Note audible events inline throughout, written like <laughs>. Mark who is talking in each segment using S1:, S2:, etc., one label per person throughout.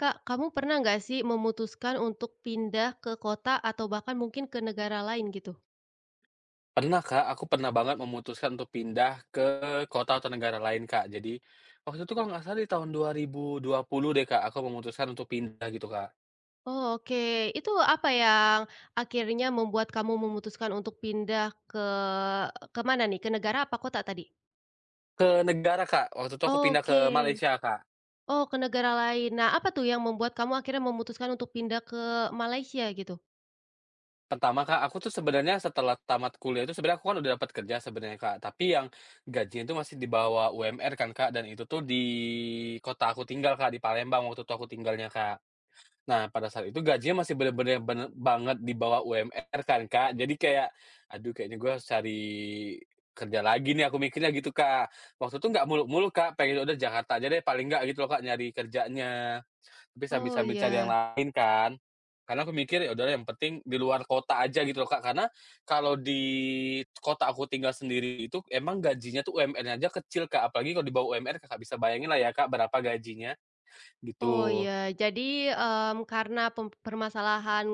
S1: Kak, kamu pernah nggak sih memutuskan untuk pindah ke kota atau bahkan mungkin ke negara lain gitu?
S2: Pernah Kak, aku pernah banget memutuskan untuk pindah ke kota atau negara lain Kak. Jadi, waktu itu kalau nggak salah di tahun 2020 deh Kak, aku memutuskan untuk pindah gitu Kak,
S1: Oh, oke. Itu apa yang akhirnya membuat kamu memutuskan untuk pindah ke mana nih? Ke negara apa kota tadi?
S2: ke negara Kak, waktu itu aku pindah ke
S1: Oke.
S2: Malaysia Kak.
S1: Oh, ke negara lain. Nah, apa tuh yang membuat kamu akhirnya memutuskan untuk pindah ke Malaysia gitu?
S2: Pertama Kak, aku tuh sebenarnya setelah tamat kuliah itu sebenarnya aku kan udah dapat kerja sebenarnya Kak, tapi yang gajinya itu masih di bawah UMR kan Kak, dan itu tuh di kota aku tinggal Kak, di Palembang waktu itu aku tinggalnya Kak. Nah, pada saat itu gajinya masih bener-bener banget di bawah UMR kan, Kak. Jadi kayak, "Aduh kayaknya gue harus cari kerja lagi nih," aku mikirnya gitu, Kak. Waktu itu nggak muluk-muluk, Kak, pengen udah Jakarta aja deh paling nggak gitu loh, Kak, nyari kerjanya. Tapi
S1: Oh,
S2: sambil-sambil cari yang
S1: iya.
S2: lain kan. Karena aku mikir, "Ya udahlah yang penting di luar kota aja," gitu loh, Kak. Karena kalau di kota aku tinggal sendiri itu emang gajinya tuh UMR-nya aja kecil, Kak, apalagi kalau di bawah UMR Kakak bisa bayangin lah ya, Kak, berapa gajinya,
S1: Oh
S2: gitu.
S1: ya, jadi, karena permasalahan,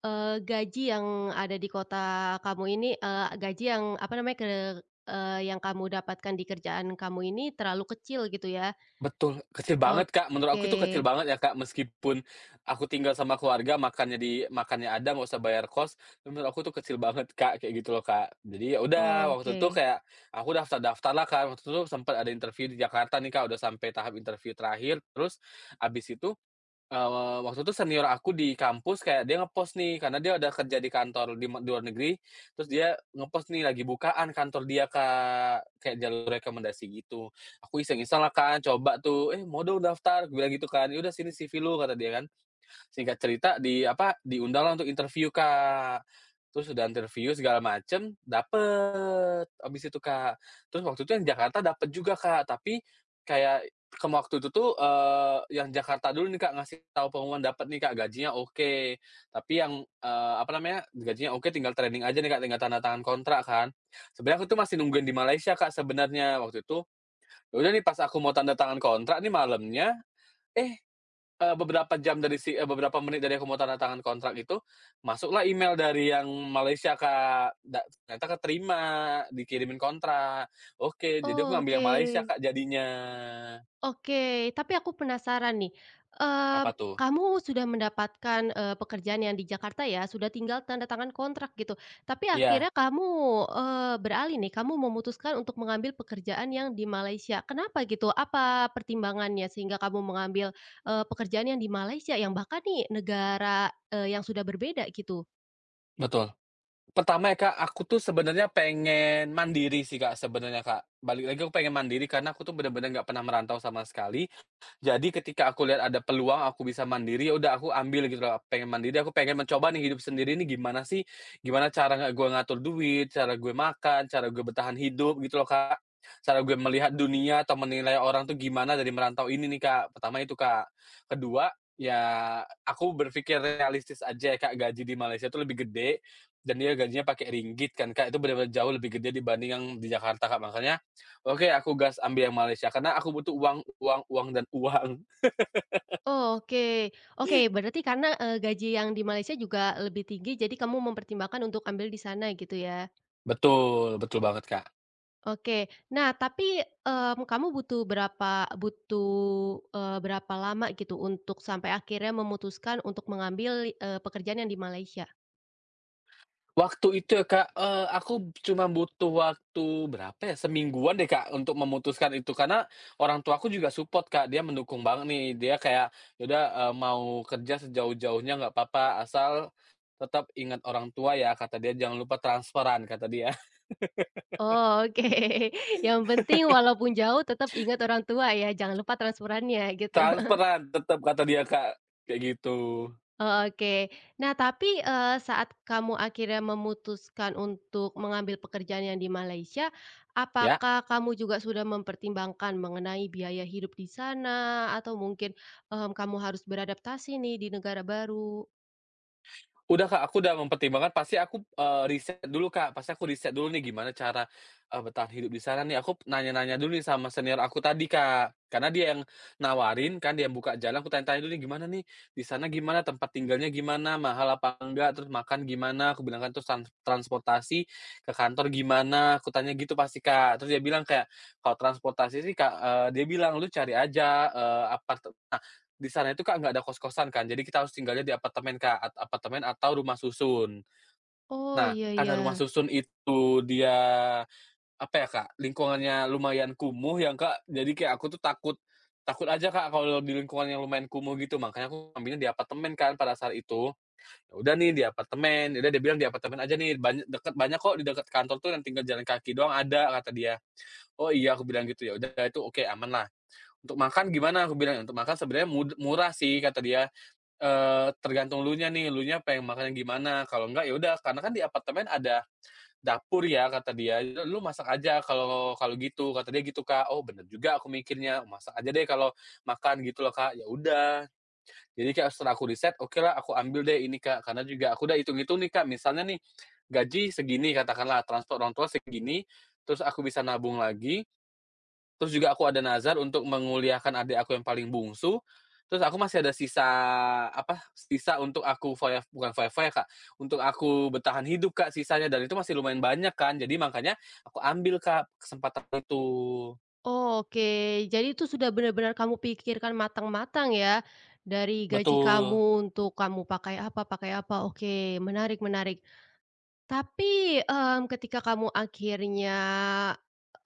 S1: gaji yang ada di kota kamu ini, gaji yang apa namanya yang kamu dapatkan di kerjaan kamu ini terlalu kecil gitu ya?
S2: Betul, kecil banget, Kak. Menurut aku
S1: Oke,
S2: itu kecil banget ya, Kak, meskipun aku tinggal sama keluarga, makannya di makannya ada, nggak usah bayar kos, menurut aku tuh kecil banget, Kak, kayak gitu loh, Kak. Jadi ya udah, waktu itu
S1: oke,
S2: kayak aku daftar-daftar lah, Kak, waktu itu sempat ada interview di Jakarta nih, Kak, udah sampai tahap interview terakhir, terus abis itu waktu itu senior aku di kampus kayak dia ngepost nih, karena dia udah kerja di kantor di luar negeri, terus dia ngepost nih lagi bukaan kantor dia, Kak, kayak jalur rekomendasi gitu. Aku iseng-iseng lah kan, coba tuh, "Eh, mau dong daftar," aku bilang gitu kan, "Ya udah sini CV lu," kata dia kan. Singkat cerita di apa, diundanglah untuk interview, Kak. Terus udah interview segala macem, dapet abis itu, Kak. Terus waktu itu yang Jakarta dapet juga, Kak, tapi kayak ke waktu itu tuh, yang Jakarta dulu nih, Kak, ngasih tahu pengumuman dapet nih, Kak, gajinya oke. Tapi yang, apa namanya, gajinya oke tinggal training aja nih, Kak, tinggal tanda tangan kontrak kan. Sebenarnya aku tuh masih nungguin di Malaysia, Kak, sebenarnya waktu itu. Ya udah nih pas aku mau tanda tangan kontrak nih malamnya, eh beberapa jam dari beberapa menit dari aku mau tanda tangan kontrak itu, masuklah email dari yang Malaysia, Kak, ternyata keterima, dikirimin kontrak. Oke, jadi aku ngambil yang Malaysia,
S1: oke.
S2: Kak, jadinya.
S1: Oke, tapi aku penasaran nih,
S2: Apa
S1: mmm,
S2: tuh?
S1: kamu sudah mendapatkan, pekerjaan yang di Jakarta ya, sudah tinggal tanda tangan kontrak gitu, tapi
S2: Iya,
S1: akhirnya kamu, beralih nih, kamu memutuskan untuk mengambil pekerjaan yang di Malaysia. Kenapa gitu? Apa pertimbangannya sehingga kamu mengambil, pekerjaan yang di Malaysia yang bahkan nih negara, yang sudah berbeda gitu?
S2: betul. Pertama ya, Kak, aku tuh sebenarnya pengen mandiri sih, Kak, sebenarnya, Kak. Balik lagi aku pengen mandiri karena aku tuh bener-bener nggak pernah merantau sama sekali. Jadi ketika aku lihat ada peluang aku bisa mandiri, ya udah aku ambil gitu loh, pengen mandiri, aku pengen mencoba nih hidup sendiri nih gimana sih, gimana cara nggak gue ngatur duit, cara gue makan, cara gue bertahan hidup gitu loh, Kak. Cara gue melihat dunia atau menilai orang tuh gimana dari merantau ini nih, Kak. Pertama itu, Kak. Kedua, ya aku berpikir realistis aja ya, Kak, gaji di Malaysia itu lebih gede dan dia gajinya pakai ringgit kan, Kak, itu benar-benar jauh lebih gede dibanding yang di Jakarta, Kak. Makanya oke, aku gas ambil yang Malaysia karena aku butuh uang uang uang dan uang. <laughs>
S1: Oh, oke, oke, berarti karena, gaji yang di Malaysia juga lebih tinggi, jadi kamu mempertimbangkan untuk ambil di sana gitu ya?
S2: Betul, betul banget, Kak.
S1: Oke. Nah, tapi, kamu butuh, berapa lama gitu untuk sampai akhirnya memutuskan untuk mengambil, pekerjaan yang di Malaysia?
S2: Waktu itu ya, Kak, aku cuma butuh waktu berapa ya, semingguan deh, Kak, untuk memutuskan itu karena orang tuaku juga support, Kak, dia mendukung banget nih. Dia kayak, "Ya udah, mau kerja sejauh-jauhnya nggak papa, asal tetap ingat orang tua ya," kata dia, "jangan lupa transferan," kata dia. <laughs>
S1: Oh, oke. <laughs> Yang penting walaupun jauh tetap ingat orang tua ya, jangan lupa transferannya gitu.
S2: "Transferan tetap," kata dia, Kak, kayak gitu.
S1: Oh, oke. Nah, tapi, saat kamu akhirnya memutuskan untuk mengambil pekerjaan yang di Malaysia,
S2: Ya.
S1: apakah kamu juga sudah mempertimbangkan mengenai biaya hidup di sana atau mungkin, kamu harus beradaptasi nih di negara baru?
S2: Udah, Kak, aku udah mempertimbangkan pasti aku, riset dulu, Kak, pasti aku riset dulu nih gimana cara, bertahan hidup di sana nih, aku nanya-nanya dulu nih sama senior aku tadi, Kak. Karena dia yang nawarin kan, dia yang buka jalan, aku tanya-tanya dulu nih, "Gimana nih, di sana gimana, tempat tinggalnya gimana, mahal apa enggak, terus makan gimana?" Aku bilang kan, "Terus transportasi ke kantor gimana?" Aku tanya gitu pasti, Kak. Terus dia bilang kayak, "Kalau transportasi sih, Kak," dia bilang, "lu cari aja, aparte." Di sana itu, Kak, nggak ada kos-kosan kan, jadi kita harus tinggalnya di apartemen, Kak, apartemen atau rumah susun.
S1: Oh,
S2: Nah,
S1: iya
S2: karena rumah
S1: iya.
S2: susun itu dia, apa ya, Kak, lingkungannya lumayan kumuh yang Kak, jadi kayak aku tuh takut takut aja, Kak, kalau di lingkungan yang lumayan kumuh gitu, makanya aku ambilnya di apartemen kan pada saat itu. Ya udah nih di apartemen, ya udah dia bilang, "Di apartemen aja nih, banyak kok di dekat kantor tuh yang tinggal jalan kaki doang ada," kata dia. "Oh iya," aku bilang gitu, "ya udah itu oke, aman lah." "Untuk makan gimana?" Aku bilang, "Untuk makan sebenarnya murah sih," kata dia. Tergantung elunya nih, elunya pengen makan yang gimana, kalau enggak ya udah karena kan di apartemen ada dapur ya kata dia, "Lu masak aja kalau kalau gitu," kata dia gitu, Kak. Oh bener juga aku mikirnya, masak aja deh kalau makan gitu loh, Kak. Ya udah, jadi kayak setelah aku riset, okelah aku ambil deh ini, Kak, karena juga aku udah hitung-hitung nih, Kak, misalnya nih, gaji segini katakanlah, transport orang tua segini, terus aku bisa nabung lagi, terus juga aku ada nazar untuk menguliahkan adik aku yang paling bungsu, terus aku masih ada sisa, apa, sisa untuk aku bukan foya-foya, Kak, untuk aku bertahan hidup, Kak, sisanya dan itu masih lumayan banyak kan, jadi makanya aku ambil, Kak, kesempatan itu.
S1: Oh, oke, jadi itu sudah benar-benar kamu pikirkan matang-matang ya, dari gaji
S2: Betul.
S1: kamu untuk kamu pakai apa, oke, menarik menarik. Tapi, ketika kamu akhirnya,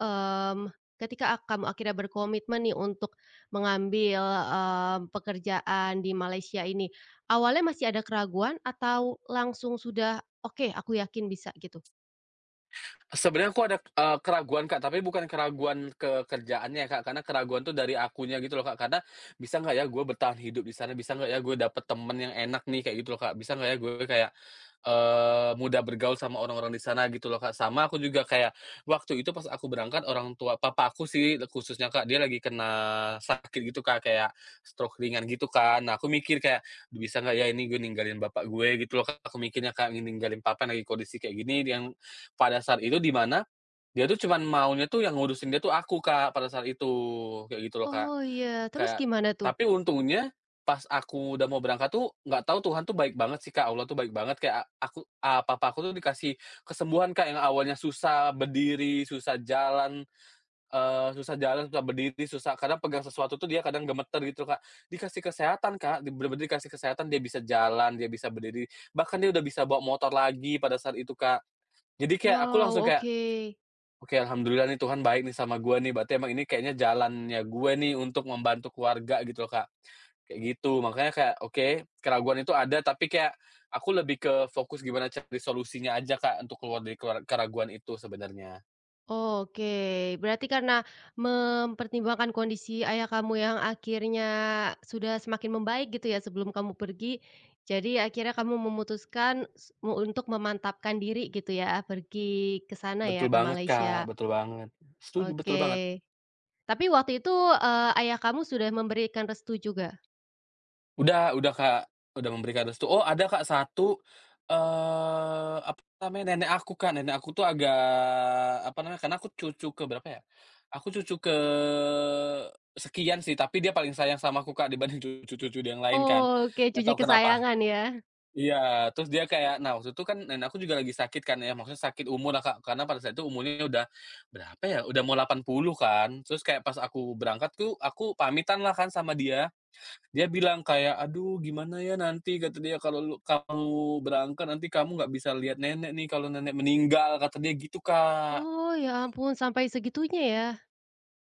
S1: mmm, kamu akhirnya berkomitmen nih untuk mengambil, pekerjaan di Malaysia ini, awalnya masih ada keraguan atau langsung sudah, "Oke, aku yakin bisa," gitu?
S2: Sebenarnya aku ada, keraguan, Kak, tapi bukan keraguan ke kerjaannya, Kak, karena keraguan tuh dari akunya gitu loh, Kak, karena bisa nggak ya gue bertahan hidup di sana, bisa nggak ya gue dapet temen yang enak nih kayak gitu loh, Kak, bisa nggak ya gue kayak, mudah bergaul sama orang-orang di sana gitu loh, Kak. Sama aku juga kayak waktu itu pas aku berangkat orang tua papa aku sih khususnya, Kak, dia lagi kena sakit gitu, Kak, kayak stroke ringan gitu kan. Nah, aku mikir kayak, "Bisa nggak ya ini gue ninggalin bapak gue," gitu loh, Kak, aku mikirnya, Kak, ninggalin papa yang lagi kondisi kayak gini yang pada saat itu di mana, dia tuh cuman maunya tuh yang ngurusin dia tuh aku, Kak, pada saat itu, kayak gitu loh, Kak.
S1: Oh, iya, terus
S2: Kayak
S1: gimana tuh?
S2: tapi untungnya pas aku udah mau berangkat tuh, nggak tahu Tuhan tuh baik banget sih, Kak, Allah tuh baik banget kayak papa aku tuh dikasih kesembuhan, Kak, yang awalnya susah berdiri, susah jalan, susah jalan, susah berdiri, susah kadang pegang sesuatu tuh dia kadang gemeter gitu, Kak. Dikasih kesehatan, Kak, bener-bener dikasih kesehatan, dia bisa jalan, dia bisa berdiri, bahkan dia udah bisa bawa motor lagi pada saat itu, Kak. Jadi kayak aku
S1: Wow,
S2: langsung kayak
S1: oke.
S2: oke, alhamdulillah nih Tuhan baik nih sama gue nih, berarti emang ini kayaknya jalannya gue nih untuk membantu keluarga gitu loh, Kak. Kayak gitu, makanya kayak oke, keraguan itu ada tapi kayak aku lebih ke fokus gimana cari solusinya aja, Kak, untuk keluar dari keraguan itu sebenarnya.
S1: Oke, berarti karena mempertimbangkan kondisi ayah kamu yang akhirnya sudah semakin membaik gitu ya sebelum kamu pergi, jadi akhirnya kamu memutuskan s mu untuk memantapkan diri gitu ya pergi ke sana ya,
S2: Betul
S1: ke
S2: banget, Kak,
S1: Malaysia.
S2: betul banget. Setuju, betul
S1: Oke,
S2: banget.
S1: tapi waktu itu, ayah kamu sudah memberikan restu juga?
S2: Udah, Kak, udah memberikan restu. Oh, ada, Kak, satu apa namanya, nenek aku, Kak. Nenek aku tuh agak apa namanya, karena aku cucu ke berapa ya, aku cucu ke sekian sih, tapi dia paling sayang sama aku, Kak, dibanding cucu-cucu yang lain kan.
S1: Oke,
S2: Nggak
S1: cuci
S2: tahu kenapa.
S1: kesayangan ya.
S2: Iya, terus dia kayak nah, waktu itu kan nenek aku juga lagi sakit kan ya, maksudnya sakit umur lah, Kak, karena pada saat itu umurnya udah berapa ya, udah mau 80 kan. Terus kayak pas aku berangkat tuh, aku pamitan lah kan sama dia. Dia bilang kayak, "Aduh gimana ya nanti," kata dia, "kalau kamu berangkat nanti kamu nggak bisa lihat nenek nih kalau nenek meninggal," kata dia gitu, Kak.
S1: Oh, ya ampun sampai segitunya ya?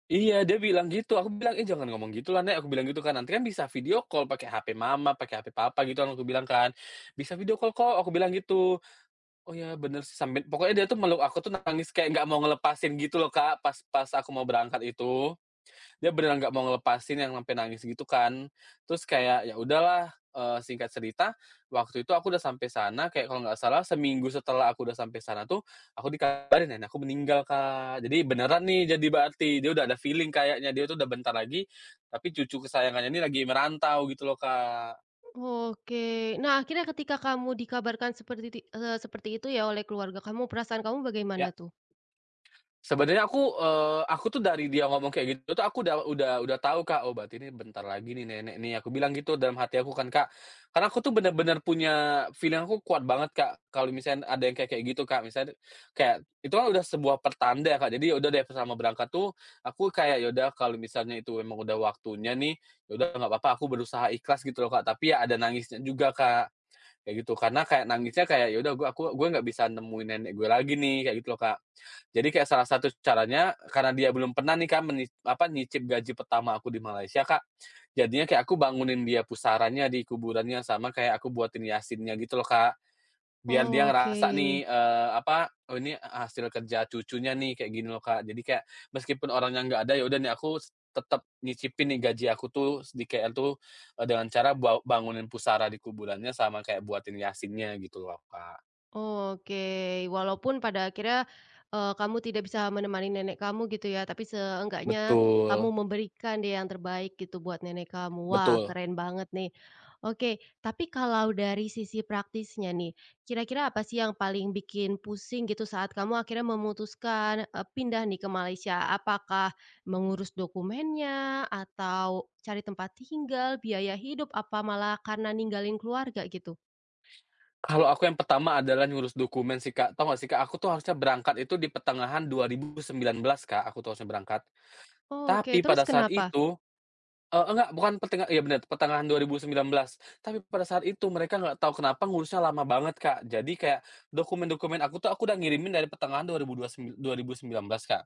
S2: Iya, dia bilang gitu. Aku bilang, "Eh, jangan ngomong gitu lah, Nek," aku bilang gitu kan, "nanti kan bisa video call pakai HP mama, pakai HP papa," gitu kan aku bilang kan. "Bisa video call kok," aku bilang gitu. "Oh ya bener sih," sambil pokoknya dia tuh meluk aku tuh nangis kayak nggak mau ngelepasin gitu loh, Kak, pas pas aku mau berangkat itu. Dia beneran nggak mau ngelepasin yang sampai nangis gitu kan. Terus kayak, ya udahlah, singkat cerita, waktu itu aku udah sampai sana kayak kalau nggak salah seminggu setelah aku udah sampai sana tuh, aku dikabarin nenek aku meninggal, Kak. Jadi beneran nih jadi berarti, dia udah ada feeling kayaknya, dia tuh udah bentar lagi, tapi cucu kesayangannya ini lagi merantau gitu loh, Kak.
S1: Oke. Nah, akhirnya ketika kamu dikabarkan seperti itu ya oleh keluarga kamu, perasaan kamu bagaimana
S2: Ya.
S1: tuh?
S2: Sebenarnya aku, aku tuh dari dia ngomong kayak gitu tuh aku udah tahu, Kak, "Oh, berarti ini bentar lagi nih nenek nih," aku bilang gitu dalam hati aku kan, Kak. Karena aku tuh bener-bener punya feeling aku kuat banget, Kak, kalau misalnya ada yang kayak kayak gitu, Kak. Misalnya kayak itu kan udah sebuah pertanda, Kak. Jadi ya udah deh selama berangkat tuh aku kayak, "Ya udah kalau misalnya itu memang udah waktunya nih, ya udah nggak apa-apa aku berusaha ikhlas," gitu loh, Kak. Tapi ya ada nangisnya juga, Kak. Kayak gitu, karena kayak nangisnya kayak, "Ya udah aku nggak bisa nemuin nenek gue lagi nih," kayak gitu loh, Kak. Jadi kayak salah satu caranya, karena dia belum pernah nih, Kak, nyicip gaji pertama aku di Malaysia, Kak. Jadinya kayak aku bangunin dia pusarannya di kuburannya, sama kayak aku buatin yasinnya gitu loh, Kak. Biar dia
S1: Oke.
S2: ngerasa nih, apa, "Oh ini hasil kerja cucunya nih," kayak gini loh, Kak. Jadi kayak meskipun orangnya nggak ada, ya udah nih aku tetap nyicipin nih gaji aku tuh di KL tuh, dengan cara bangunin pusara di kuburannya sama kayak buatin yasinnya gitu loh, Kak.
S1: Oke, walaupun pada akhirnya, kamu tidak bisa menemani nenek kamu gitu ya, tapi seenggaknya kamu
S2: Betul
S1: memberikan dia yang terbaik gitu buat nenek kamu. Wah,
S2: betul.
S1: keren banget nih. Oke, tapi kalau dari sisi praktisnya nih, kira-kira apa sih yang paling bikin pusing gitu saat kamu akhirnya memutuskan, pindah nih ke Malaysia? Apakah mengurus dokumennya atau cari tempat tinggal, biaya hidup, apa malah karena ninggalin keluarga gitu?
S2: Kalau aku yang pertama adalah ngurus dokumen sih, Kak. Tahu nggak sih, Kak, aku tuh harusnya berangkat itu di pertengahan 2019, Kak, aku tuh harusnya berangkat.
S1: Oke,
S2: Tapi
S1: terus
S2: pada saat
S1: kenapa?
S2: itu, Eee, enggak, bukan pertenga iya bener, pertengahan 2019. Tapi pada saat itu mereka nggak tahu kenapa ngurusnya lama banget, Kak. Jadi kayak dokumen-dokumen aku tuh aku udah ngirimin dari pertengahan 2019, Kak.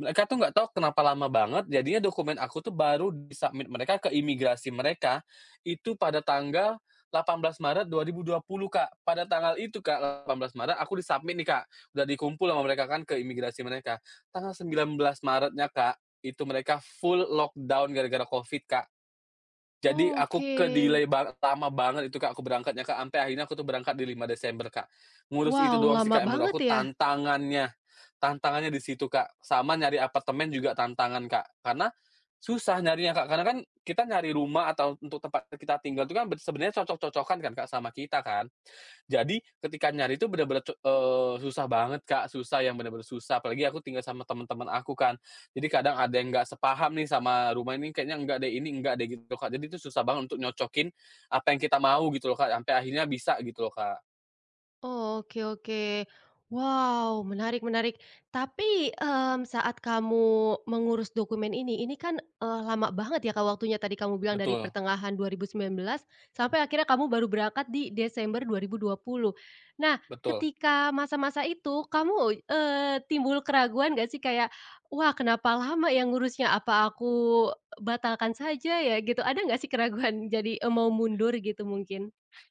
S2: Mereka tuh nggak tahu kenapa lama banget, jadinya dokumen aku tuh baru di-submit mereka ke imigrasi mereka, itu pada tanggal 18 Maret dua 2020, Kak. Pada tanggal itu, Kak, 18 Maret aku di-submit nih, Kak, udah dikumpul sama mereka kan ke imigrasi mereka. Tanggal 19 Maretnya, Kak, itu mereka full lockdown gara-gara Covid, Kak. Jadi aku
S1: Oke.
S2: ke-delay lama banget itu, Kak, aku berangkatnya, Kak, ampe akhirnya aku tuh berangkat di 5 Desember, Kak. Ngurus
S1: Wow,
S2: itu doang sih,
S1: lama
S2: Kak, yang menurut
S1: banget
S2: aku
S1: ya?
S2: tantangannya tantangannya di situ, Kak, sama nyari apartemen juga tantangan, Kak, karena susah nyarinya, Kak, karena kan kita nyari rumah atau untuk tempat kita tinggal itu kan sebenarnya cocok-cocokan kan, Kak, sama kita kan. Jadi ketika nyari itu bener-bener susah banget, Kak, susah yang bener-bener susah, apalagi aku tinggal sama temen-temen aku kan. Jadi kadang ada yang nggak sepaham nih sama rumah ini, kayaknya enggak deh, ini enggak deh, gitu, loh Kak. Jadi itu susah banget untuk nyocokin apa yang kita mau gitu loh, Kak, sampai akhirnya bisa gitu loh, Kak.
S1: Oh, oke, oke. Wow, menarik menarik. Tapi, saat kamu mengurus dokumen ini kan, lama banget ya, Kak, waktunya tadi kamu bilang dari
S2: Betul
S1: pertengahan 2019 sampai akhirnya kamu baru berangkat di Desember dua 2020. Nah,
S2: betul.
S1: ketika masa-masa itu kamu, timbul keraguan nggak sih kayak, "Wah, kenapa lama Yang ngurusnya? Apa aku batalkan saja ya?" Gitu. Ada nggak sih keraguan jadi, mau mundur gitu mungkin?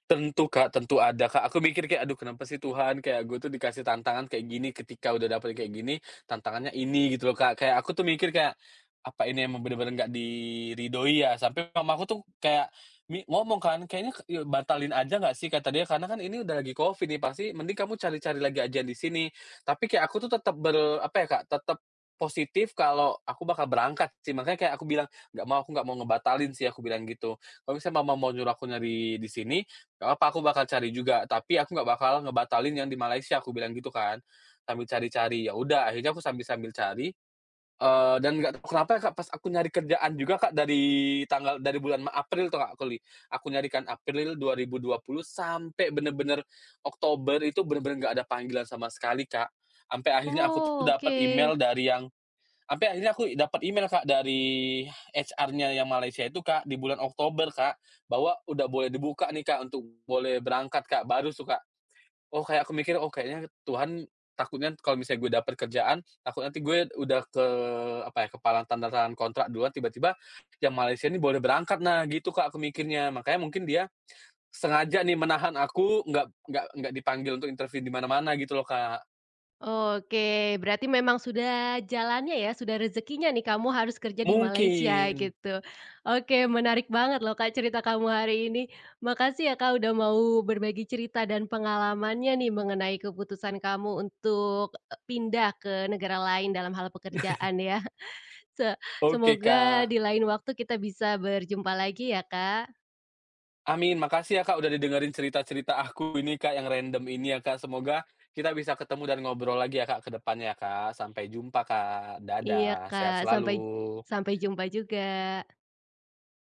S2: Tentu, Kak, tentu ada, Kak. Aku mikir kayak, "Aduh kenapa sih Tuhan, kayak gue tuh dikasih tantangan kayak gini, ketika udah dapet kayak gini, tantangannya ini," gitu loh, Kak. Kayak aku tuh mikir kayak, "Apa ini emang bener-bener nggak diridhoi ya?" Sampai mamaku tuh kayak ngomong kan, "Kayaknya batalin aja nggak sih?" Kata dia, "Karena kan ini udah lagi Covid nih, pasti mending kamu cari-cari lagi aja di sini." Tapi kayak aku tuh tetap ber apa ya Kak, tetap positif kalau aku bakal berangkat sih. Makanya kayak aku bilang, "Nggak mau, aku nggak mau ngebatalin sih," aku bilang gitu. Kalau misalnya mama mau nyuruh aku nyari di sini, nggak apa aku bakal cari juga, tapi aku nggak bakal ngebatalin yang di Malaysia, aku bilang gitu kan, sambil cari-cari. Ya udah, akhirnya aku sambil-sambil cari, dan nggak tahu kenapa ya, Kak, pas aku nyari kerjaan juga, Kak, dari bulan April tuh, Kak, aku nyarikan April dua 2020 sampai bener-bener Oktober itu bener-bener nggak ada panggilan sama sekali, Kak. Sampai akhirnya aku tuh
S1: Oh,
S2: dapat
S1: oke.
S2: email dari yang Sampai akhirnya aku dapat email, Kak, dari HR-nya yang Malaysia itu, Kak, di bulan Oktober, Kak, bahwa udah boleh dibuka nih, Kak, untuk boleh berangkat, Kak, baru tuh, Kak. Oh, kayak aku mikir, "Oh, kayaknya Tuhan takutnya kalau misalnya gue dapat kerjaan, takut nanti gue udah ke apa ya, kepala tanda tangan kontrak duluan, tiba-tiba yang Malaysia ini boleh berangkat." Nah, gitu, Kak, aku mikirnya. Makanya mungkin dia sengaja nih menahan aku nggak nggak dipanggil untuk interview di mana-mana gitu loh, Kak.
S1: Oke, berarti memang sudah jalannya ya, sudah rezekinya nih kamu harus kerja di Malaysia
S2: Mungkin.
S1: gitu. Oke, menarik banget loh Kak cerita kamu hari ini. Makasih ya Kak udah mau berbagi cerita dan pengalamannya nih mengenai keputusan kamu untuk e pindah ke negara lain dalam hal pekerjaan ya. <laughs> Se
S2: Oke,
S1: Semoga
S2: Kak.
S1: di lain waktu kita bisa berjumpa lagi ya Kak.
S2: Amin, makasih ya Kak udah didengerin cerita-cerita aku ini, Kak, yang random ini ya Kak. Semoga kita bisa ketemu dan ngobrol lagi ya Kak ke depannya ya Kak. Sampai jumpa, Kak,
S1: Iya
S2: dadah,
S1: Kak,
S2: sehat
S1: sampai
S2: selalu.
S1: sampai jumpa juga.